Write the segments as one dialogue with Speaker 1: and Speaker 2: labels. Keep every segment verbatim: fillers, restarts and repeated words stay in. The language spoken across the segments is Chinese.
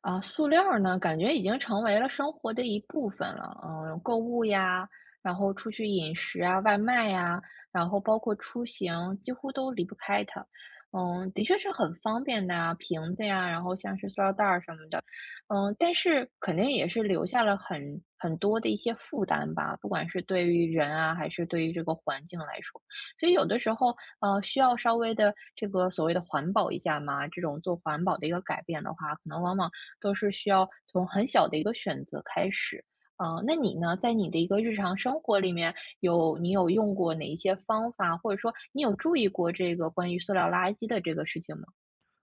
Speaker 1: 啊，塑料儿呢，感觉已经成为了生活的一部分了。嗯，购物呀，然后出去饮食啊，外卖呀，然后包括出行，几乎都离不开它。嗯，的确是很方便的啊，瓶子呀，然后像是塑料袋儿什么的。嗯，但是肯定也是留下了很很多的一些负担吧，不管是对于人啊，还是对于这个环境来说。所以有的时候，呃，需要稍微的这个所谓的环保一下嘛，这种做环保的一个改变的话，可能往往。都是需要从很小的一个选择开始。啊，那你呢，在你的一个日常生活里面，有你有用过哪一些方法，或者说你有注意过这个关于塑料垃圾的这个事情吗？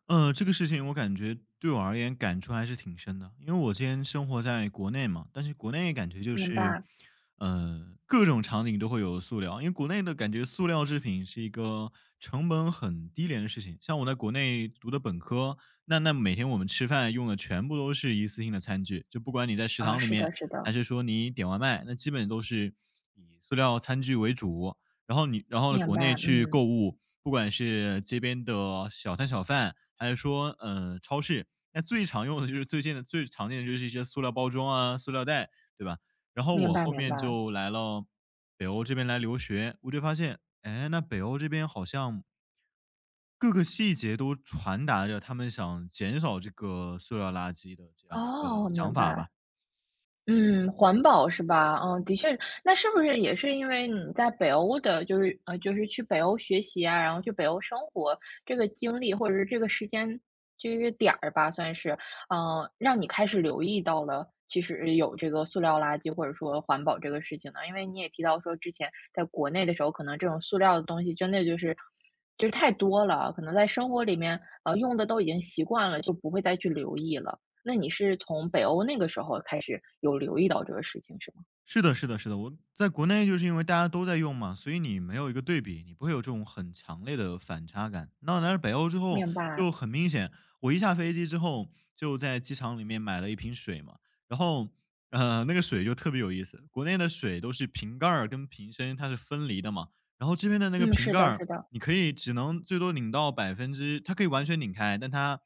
Speaker 2: 呃，这个事情我感觉对我而言感触还是挺深的，因为我今天生活在国内嘛，但是国内感觉就
Speaker 1: 明
Speaker 2: 是，
Speaker 1: 白。
Speaker 2: 呃，各种场景都会有塑料，因为国内的感觉塑料制品是一个成本很低廉的事情。像我在国内读的本科，那那每天我们吃饭用的全部都是一次性的餐具，就不管你在食
Speaker 1: 啊，
Speaker 2: 堂里
Speaker 1: 是的，
Speaker 2: 面，
Speaker 1: 是
Speaker 2: 还
Speaker 1: 的。
Speaker 2: 是说你点外卖，那基本都是以塑料餐具为主。然后你然后呢？
Speaker 1: 明
Speaker 2: 国内
Speaker 1: 白。
Speaker 2: 去
Speaker 1: 嗯，
Speaker 2: 购物，不管是街边的小摊小贩，还是说嗯，超市，那最常用的就是最近的最常见的就是一些塑料包装啊、塑料袋，对吧？然后
Speaker 1: 明
Speaker 2: 我
Speaker 1: 白，
Speaker 2: 后
Speaker 1: 明
Speaker 2: 面
Speaker 1: 白。
Speaker 2: 就来了北欧这边来留学，我就发现，哎，那北欧这边好像各个细节都传达着他们想减少这个塑料垃圾的这样一个
Speaker 1: 哦，明
Speaker 2: 想法
Speaker 1: 白。
Speaker 2: 吧。
Speaker 1: 嗯，环保是吧？嗯，的确，那是不是也是因为你在北欧的，就是呃，就是去北欧学习啊，然后去北欧生活这个经历，或者是这个时间这个点儿吧，算是，嗯、让你开始留意到了，其实有这个塑料垃圾或者说环保这个事情呢？因为你也提到说，之前在国内的时候，可能这种塑料的东西真的就是就是太多了，可能在生活里面呃用的都已经习惯了，就不会再去留意了。那你是从北欧那个时候开始有留意到这个事情是吗？
Speaker 2: 是的，是的，是的。我在国内就是因为大家都在用嘛，所以你没有一个对比，你不会有这种很强烈的反差感。那来了北欧之后
Speaker 1: 明白。
Speaker 2: 就很明显，我一下飞机之后就在机场里面买了一瓶水嘛，然后呃那个水就特别有意思。国内的水都是瓶盖儿跟瓶身它是分离的嘛，然后这边的那个
Speaker 1: 嗯，
Speaker 2: 瓶
Speaker 1: 是
Speaker 2: 盖
Speaker 1: 的，
Speaker 2: 儿
Speaker 1: 是的。
Speaker 2: 你可以只能最多拧到百分之，它可以完全拧开，但它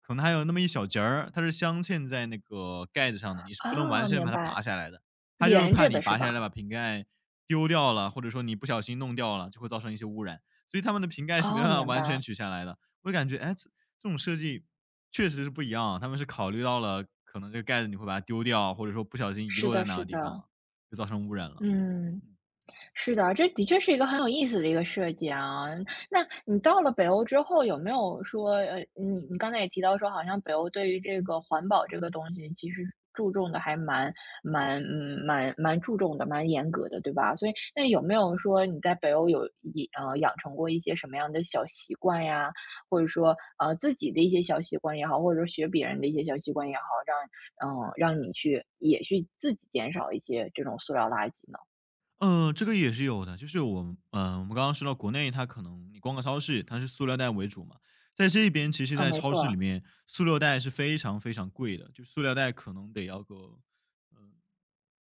Speaker 2: 可能还有那么一小截儿，它是镶嵌在那个盖子上的，你是不能完
Speaker 1: 哦，
Speaker 2: 全
Speaker 1: 明
Speaker 2: 把它
Speaker 1: 白。
Speaker 2: 拔下来的。他就是
Speaker 1: 连
Speaker 2: 怕
Speaker 1: 着
Speaker 2: 你
Speaker 1: 的是
Speaker 2: 拔下来
Speaker 1: 吧？
Speaker 2: 把瓶盖丢掉了，或者说你不小心弄掉了，就会造成一些污染。所以他们的瓶盖是没
Speaker 1: 哦，
Speaker 2: 办法
Speaker 1: 明
Speaker 2: 完全
Speaker 1: 白。
Speaker 2: 取下来的。我就感觉，哎，这这种设计确实是不一样啊，他们是考虑到了可能这个盖子你会把它丢掉，或者说不小心遗
Speaker 1: 是
Speaker 2: 落
Speaker 1: 的，
Speaker 2: 在哪
Speaker 1: 是
Speaker 2: 个地方
Speaker 1: 的。
Speaker 2: 了，就造成污染了。
Speaker 1: 嗯。是的，这的确是一个很有意思的一个设计啊。那你到了北欧之后，有没有说，呃，你你刚才也提到说，好像北欧对于这个环保这个东西，其实注重的还蛮蛮嗯蛮蛮注重的，蛮严格的，对吧？所以那有没有说你在北欧有一呃养成过一些什么样的小习惯呀，或者说呃自己的一些小习惯也好，或者说学别人的一些小习惯也好，让嗯、让你去也去自己减少一些这种塑料垃圾呢？
Speaker 2: 嗯，这个也是有的，就是我们嗯，呃我们刚刚说到国内，它可能你逛个超市，它是塑料袋为主嘛，在这边其实
Speaker 1: 啊，
Speaker 2: 在
Speaker 1: 没
Speaker 2: 超
Speaker 1: 错
Speaker 2: 市里
Speaker 1: 啊。
Speaker 2: 面，塑料袋是非常非常贵的，就塑料袋可能得要个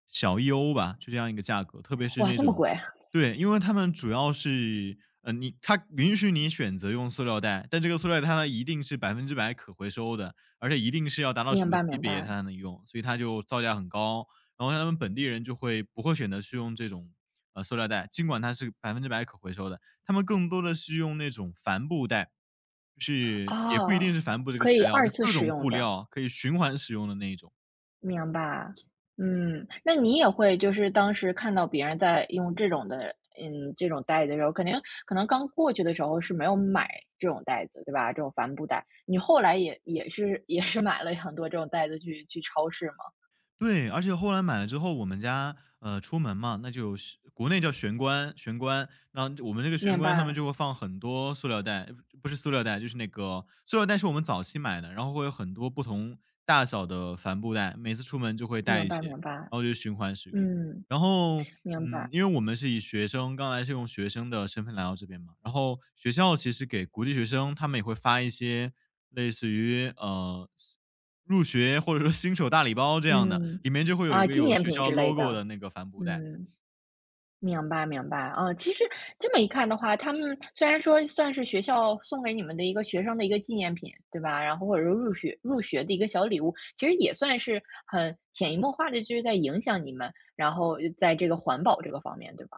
Speaker 2: 小一欧吧，就这样一个价格，特别是
Speaker 1: 哇，
Speaker 2: 那
Speaker 1: 这么
Speaker 2: 种
Speaker 1: 贵。
Speaker 2: 对，因为他们主要是，呃，你它允许你选择用塑料袋，但这个塑料袋它一定是百分之百可回收的，而且一定是要达到什
Speaker 1: 明
Speaker 2: 么
Speaker 1: 白
Speaker 2: 级
Speaker 1: 明
Speaker 2: 别它
Speaker 1: 白。
Speaker 2: 才能用，所以它就造价很高。然后他们本地人就会不会选择去用这种，呃，塑料袋，尽管它是百分之百可回收的，他们更多的是用那种帆布袋，就是也不一定
Speaker 1: 哦，
Speaker 2: 是帆布这个
Speaker 1: 可以
Speaker 2: 材料，
Speaker 1: 二
Speaker 2: 就
Speaker 1: 次
Speaker 2: 各
Speaker 1: 使
Speaker 2: 种
Speaker 1: 用
Speaker 2: 布
Speaker 1: 的，
Speaker 2: 料可以循环使用的那一种。
Speaker 1: 明白。嗯，那你也会就是当时看到别人在用这种的，嗯，这种袋子的时候，肯定可能刚过去的时候是没有买这种袋子，对吧？这种帆布袋，你后来也也是也是买了很多这种袋子去去超市吗？
Speaker 2: 对，而且后来买了之后，我们家呃出门嘛，那就有玄国内叫玄关，玄关，那我们这个玄
Speaker 1: 明
Speaker 2: 关上面
Speaker 1: 白，
Speaker 2: 就会放很多塑料袋，呃不是塑料袋，就是那个塑料袋是我们早期买的，然后会有很多不同大小的帆布袋，每次出门就会带
Speaker 1: 明
Speaker 2: 一
Speaker 1: 白，
Speaker 2: 些，然
Speaker 1: 明白。
Speaker 2: 后就循环使用。
Speaker 1: 嗯，
Speaker 2: 然后，
Speaker 1: 明
Speaker 2: 嗯，
Speaker 1: 白。
Speaker 2: 因为我们是以学生刚来是用学生的身份来到这边嘛，然后学校其实给国际学生，他们也会发一些类似于呃新入学或者说新手大礼包这样的，
Speaker 1: 嗯。
Speaker 2: 里面就会有一
Speaker 1: 啊，
Speaker 2: 个
Speaker 1: 纪
Speaker 2: 有
Speaker 1: 念
Speaker 2: 学
Speaker 1: 品
Speaker 2: 校
Speaker 1: 之类的。
Speaker 2: logo 的那个帆布袋。
Speaker 1: 嗯。明白明白。啊，其实这么一看的话，他们虽然说算是学校送给你们的一个学生的一个纪念品，对吧？然后或者说入学入学的一个小礼物，其实也算是很潜移默化的就是在影响你们，然后在这个环保这个方面，对吧？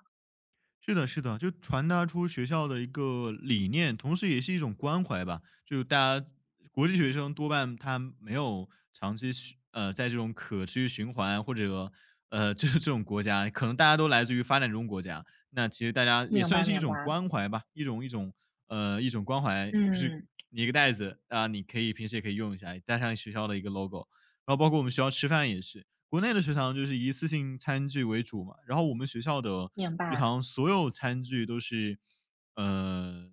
Speaker 2: 是的，是的，就传达出学校的一个理念，同时也是一种关怀吧。就大家国际学生多半他没有长期需呃在这种可持续循环或者呃这这种国家，可能大家都来自于发展中国家。那其实大家也
Speaker 1: 明
Speaker 2: 算
Speaker 1: 白
Speaker 2: 是一
Speaker 1: 明
Speaker 2: 种
Speaker 1: 白。
Speaker 2: 关怀吧，一种一种呃一种关怀，就是
Speaker 1: 嗯，
Speaker 2: 你一个袋子啊，你可以平时也可以用一下，带上学校的一个 logo，然后包括我们学校吃饭也是，国内的食堂就是以一次性餐具为主嘛，然后我们学校的
Speaker 1: 明
Speaker 2: 食
Speaker 1: 白。
Speaker 2: 堂所有餐具都是，呃，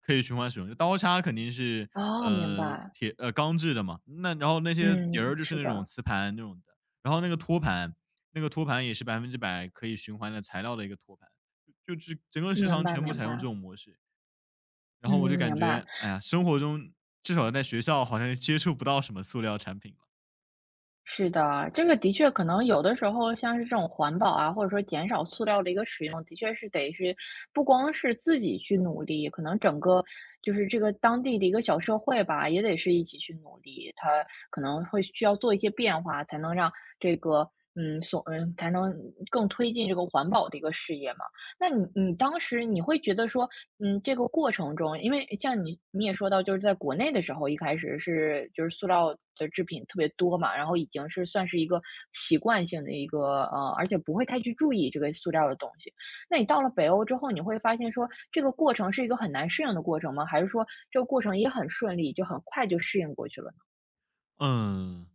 Speaker 2: 可以循环使用，就刀叉肯定是，
Speaker 1: 哦，明
Speaker 2: 呃，
Speaker 1: 白。
Speaker 2: 铁呃，钢制的嘛，那然后那些碟儿
Speaker 1: 嗯，
Speaker 2: 就是
Speaker 1: 是
Speaker 2: 那种
Speaker 1: 的。
Speaker 2: 瓷盘那种的，然后那个托盘，那个托盘也是百分之百可以循环的材料的一个托盘，就就整个食
Speaker 1: 明
Speaker 2: 堂
Speaker 1: 白
Speaker 2: 全部
Speaker 1: 明
Speaker 2: 采用
Speaker 1: 白。
Speaker 2: 这种模式。然后我
Speaker 1: 嗯，
Speaker 2: 就感
Speaker 1: 明白。
Speaker 2: 觉，哎呀，生活中至少在学校好像接触不到什么塑料产品。
Speaker 1: 是的，这个的确可能有的时候像是这种环保啊，或者说减少塑料的一个使用，的确是得是不光是自己去努力，可能整个就是这个当地的一个小社会吧，也得是一起去努力。它可能会需要做一些变化，才能让这个嗯所嗯才能更推进这个环保的一个事业嘛。那你你当时你会觉得说，嗯，这个过程中，因为像你你也说到，就是在国内的时候，一开始是就是塑料的制品特别多嘛，然后已经是算是一个习惯性的一个呃，而且不会太去注意这个塑料的东西。那你到了北欧之后，你会发现说，这个过程是一个很难适应的过程吗？还是说这个过程也很顺利，就很快就适应过去了呢？
Speaker 2: 嗯，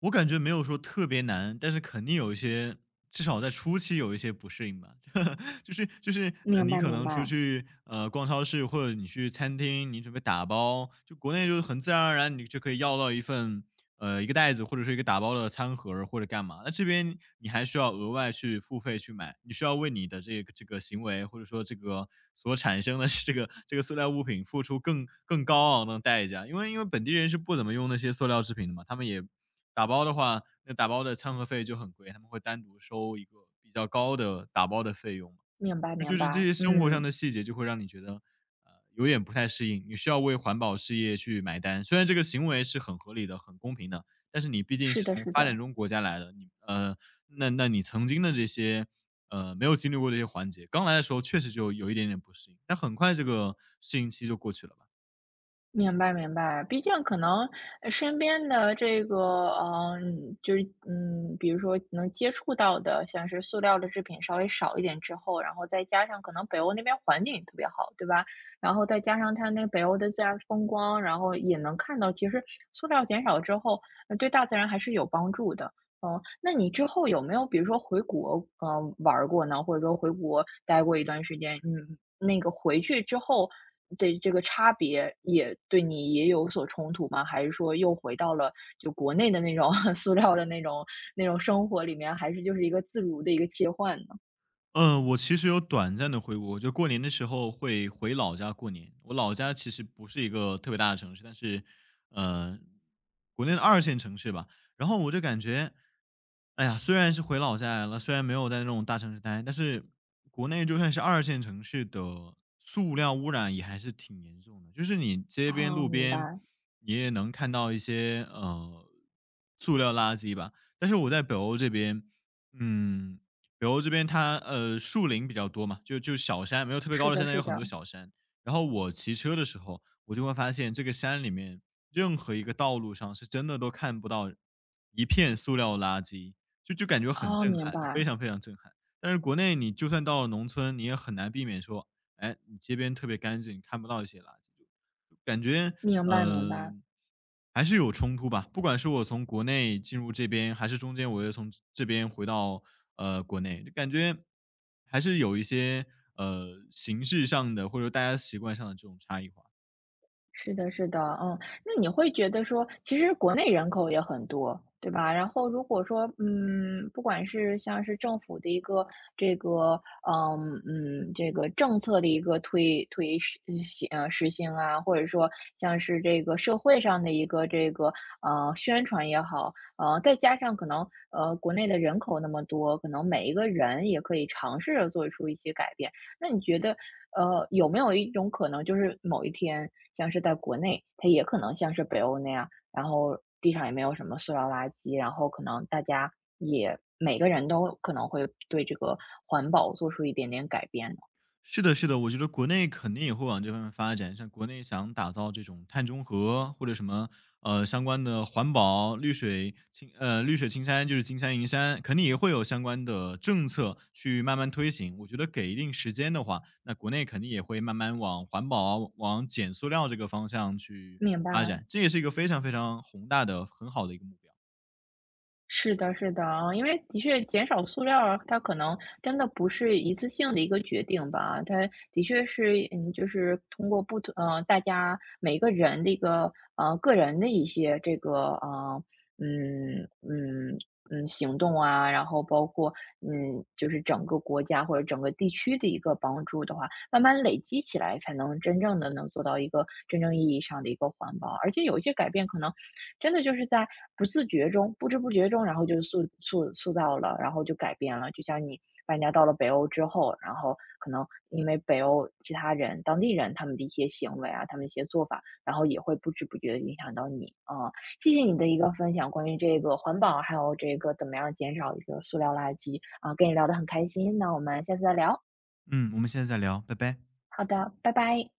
Speaker 2: 我感觉没有说特别难，但是肯定有一些，至少在初期有一些不适应吧。就是就是，呃，
Speaker 1: 明
Speaker 2: 你
Speaker 1: 白
Speaker 2: 可
Speaker 1: 明
Speaker 2: 能出
Speaker 1: 白。
Speaker 2: 去，呃，逛超市或者你去餐厅，你准备打包，就国内就是很自然而然，你就可以要到一份呃，一个袋子或者是一个打包的餐盒儿或者干嘛，那这边你还需要额外去付费去买，你需要为你的这个这个行为，或者说这个所产生的 这个这个塑料物品付出更更高昂的代价，因为因为本地人是不怎么用那些塑料制品的嘛，他们也打包的话，那打包的餐盒费就很贵，他们会单独收一个比较高的打包的费用嘛。
Speaker 1: 明白
Speaker 2: 就
Speaker 1: 明
Speaker 2: 就是这
Speaker 1: 白。
Speaker 2: 些生活上
Speaker 1: 嗯，
Speaker 2: 的细节就会让你觉得，呃，有点不太适应，你需要为环保事业去买单。虽然这个行为是很合理的、很公平的，但是你毕竟
Speaker 1: 是
Speaker 2: 是
Speaker 1: 的
Speaker 2: 从
Speaker 1: 是
Speaker 2: 发展
Speaker 1: 的。
Speaker 2: 中国家来的，你呃，那那你曾经的这些，呃，没有经历过这些环节，刚来的时候确实就有一点点不适应，但很快这个适应期就过去了吧。
Speaker 1: 明白明白，毕竟可能呃身边的这个，嗯，就是嗯，比如说能接触到的，像是塑料的制品稍微少一点之后，然后再加上可能北欧那边环境也特别好，对吧？然后再加上它那北欧的自然风光，然后也能看到，其实塑料减少之后，呃对大自然还是有帮助的。哦，那你之后有没有比如说回国，嗯，玩儿过呢？或者说回国待过一段时间，嗯，那个回去之后的这个差别也对你也有所冲突吗？还是说又回到了就国内的那种 塑料的那种那种生活里面，还是就是一个自如的一个切换呢？
Speaker 2: 嗯，我其实有短暂的回国，就过年的时候会回老家过年。我老家其实不是一个特别大的城市，但是，呃，国内的二线城市吧。然后我就感觉，哎呀，虽然是回老家来了，虽然没有在那种大城市待，但是国内就算是二线城市的塑料污染也还是挺严重的。就是你街边
Speaker 1: 哦，
Speaker 2: 路
Speaker 1: 明
Speaker 2: 边，
Speaker 1: 白。
Speaker 2: 你也能看到一些呃塑料垃圾吧。但是我在北欧这边，嗯，北欧这边它呃树林比较多嘛，就就小山，没有特别
Speaker 1: 是
Speaker 2: 高的
Speaker 1: 的，
Speaker 2: 山，但
Speaker 1: 是
Speaker 2: 有很
Speaker 1: 的。
Speaker 2: 多小山。然后我骑车的时候，我就会发现这个山里面任何一个道路上是真的都看不到一片塑料垃圾，就就感觉很
Speaker 1: 哦，
Speaker 2: 震
Speaker 1: 明
Speaker 2: 撼，就非
Speaker 1: 白，
Speaker 2: 常非常震撼。但是国内你就算到了农村，你也很难避免说，哎，你街边特别干净，你看不到一些垃圾。感觉，
Speaker 1: 明白，明白。
Speaker 2: 嗯、呃还是有冲突吧。不管是我从国内进入这边，还是中间我又从这边回到呃国内，就感觉还是有一些呃形式上的或者大家习惯上的这种差异化。
Speaker 1: 是的，是的。嗯，那你会觉得说，其实国内人口也很多，对吧？然后如果说，嗯，不管是像是政府的一个这个，嗯嗯，这个政策的一个推推实呃行呃实行啊，或者说像是这个社会上的一个这个呃宣传也好，呃，再加上可能呃国内的人口那么多，可能每一个人也可以尝试着做出一些改变。那你觉得呃，有没有一种可能，就是某一天，像是在国内，它也可能像是北欧那样，然后地上也没有什么塑料垃圾，然后可能大家也每个人都可能会对这个环保做出一点点改变呢？
Speaker 2: 是的，是的，我觉得国内肯定也会往这方面发展。像国内想打造这种碳中和，或者什么呃相关的环保、绿水青呃绿水青山，就是金山银山，肯定也会有相关的政策去慢慢推行。我觉得给一定时间的话，那国内肯定也会慢慢往环保、往减塑料这个方向去
Speaker 1: 明
Speaker 2: 发
Speaker 1: 白。
Speaker 2: 展。这也是一个非常非常宏大的、很好的一个目标。
Speaker 1: 是的，是的。啊，因为的确减少塑料啊，它可能真的不是一次性的一个决定吧，它的确是，嗯，就是通过不同，呃，大家每个人的一个，呃，个人的一些这个，呃，嗯嗯嗯，行动啊，然后包括，嗯，就是整个国家或者整个地区的一个帮助的话，慢慢累积起来，才能真正的能做到一个真正意义上的一个环保。而且有一些改变可能真的就是在不自觉中、不知不觉中，然后就塑塑塑造了，然后就改变了。就像你搬家到了北欧之后，然后可能因为北欧其他人、当地人他们的一些行为啊，他们一些做法，然后也会不知不觉的影响到你。啊。谢谢你的一个分享，关于这个环保，还有这个怎么样减少一个塑料垃圾啊，跟你聊得很开心，那我们下次再聊。
Speaker 2: 嗯，我们现在再聊，拜拜。
Speaker 1: 好的，拜拜。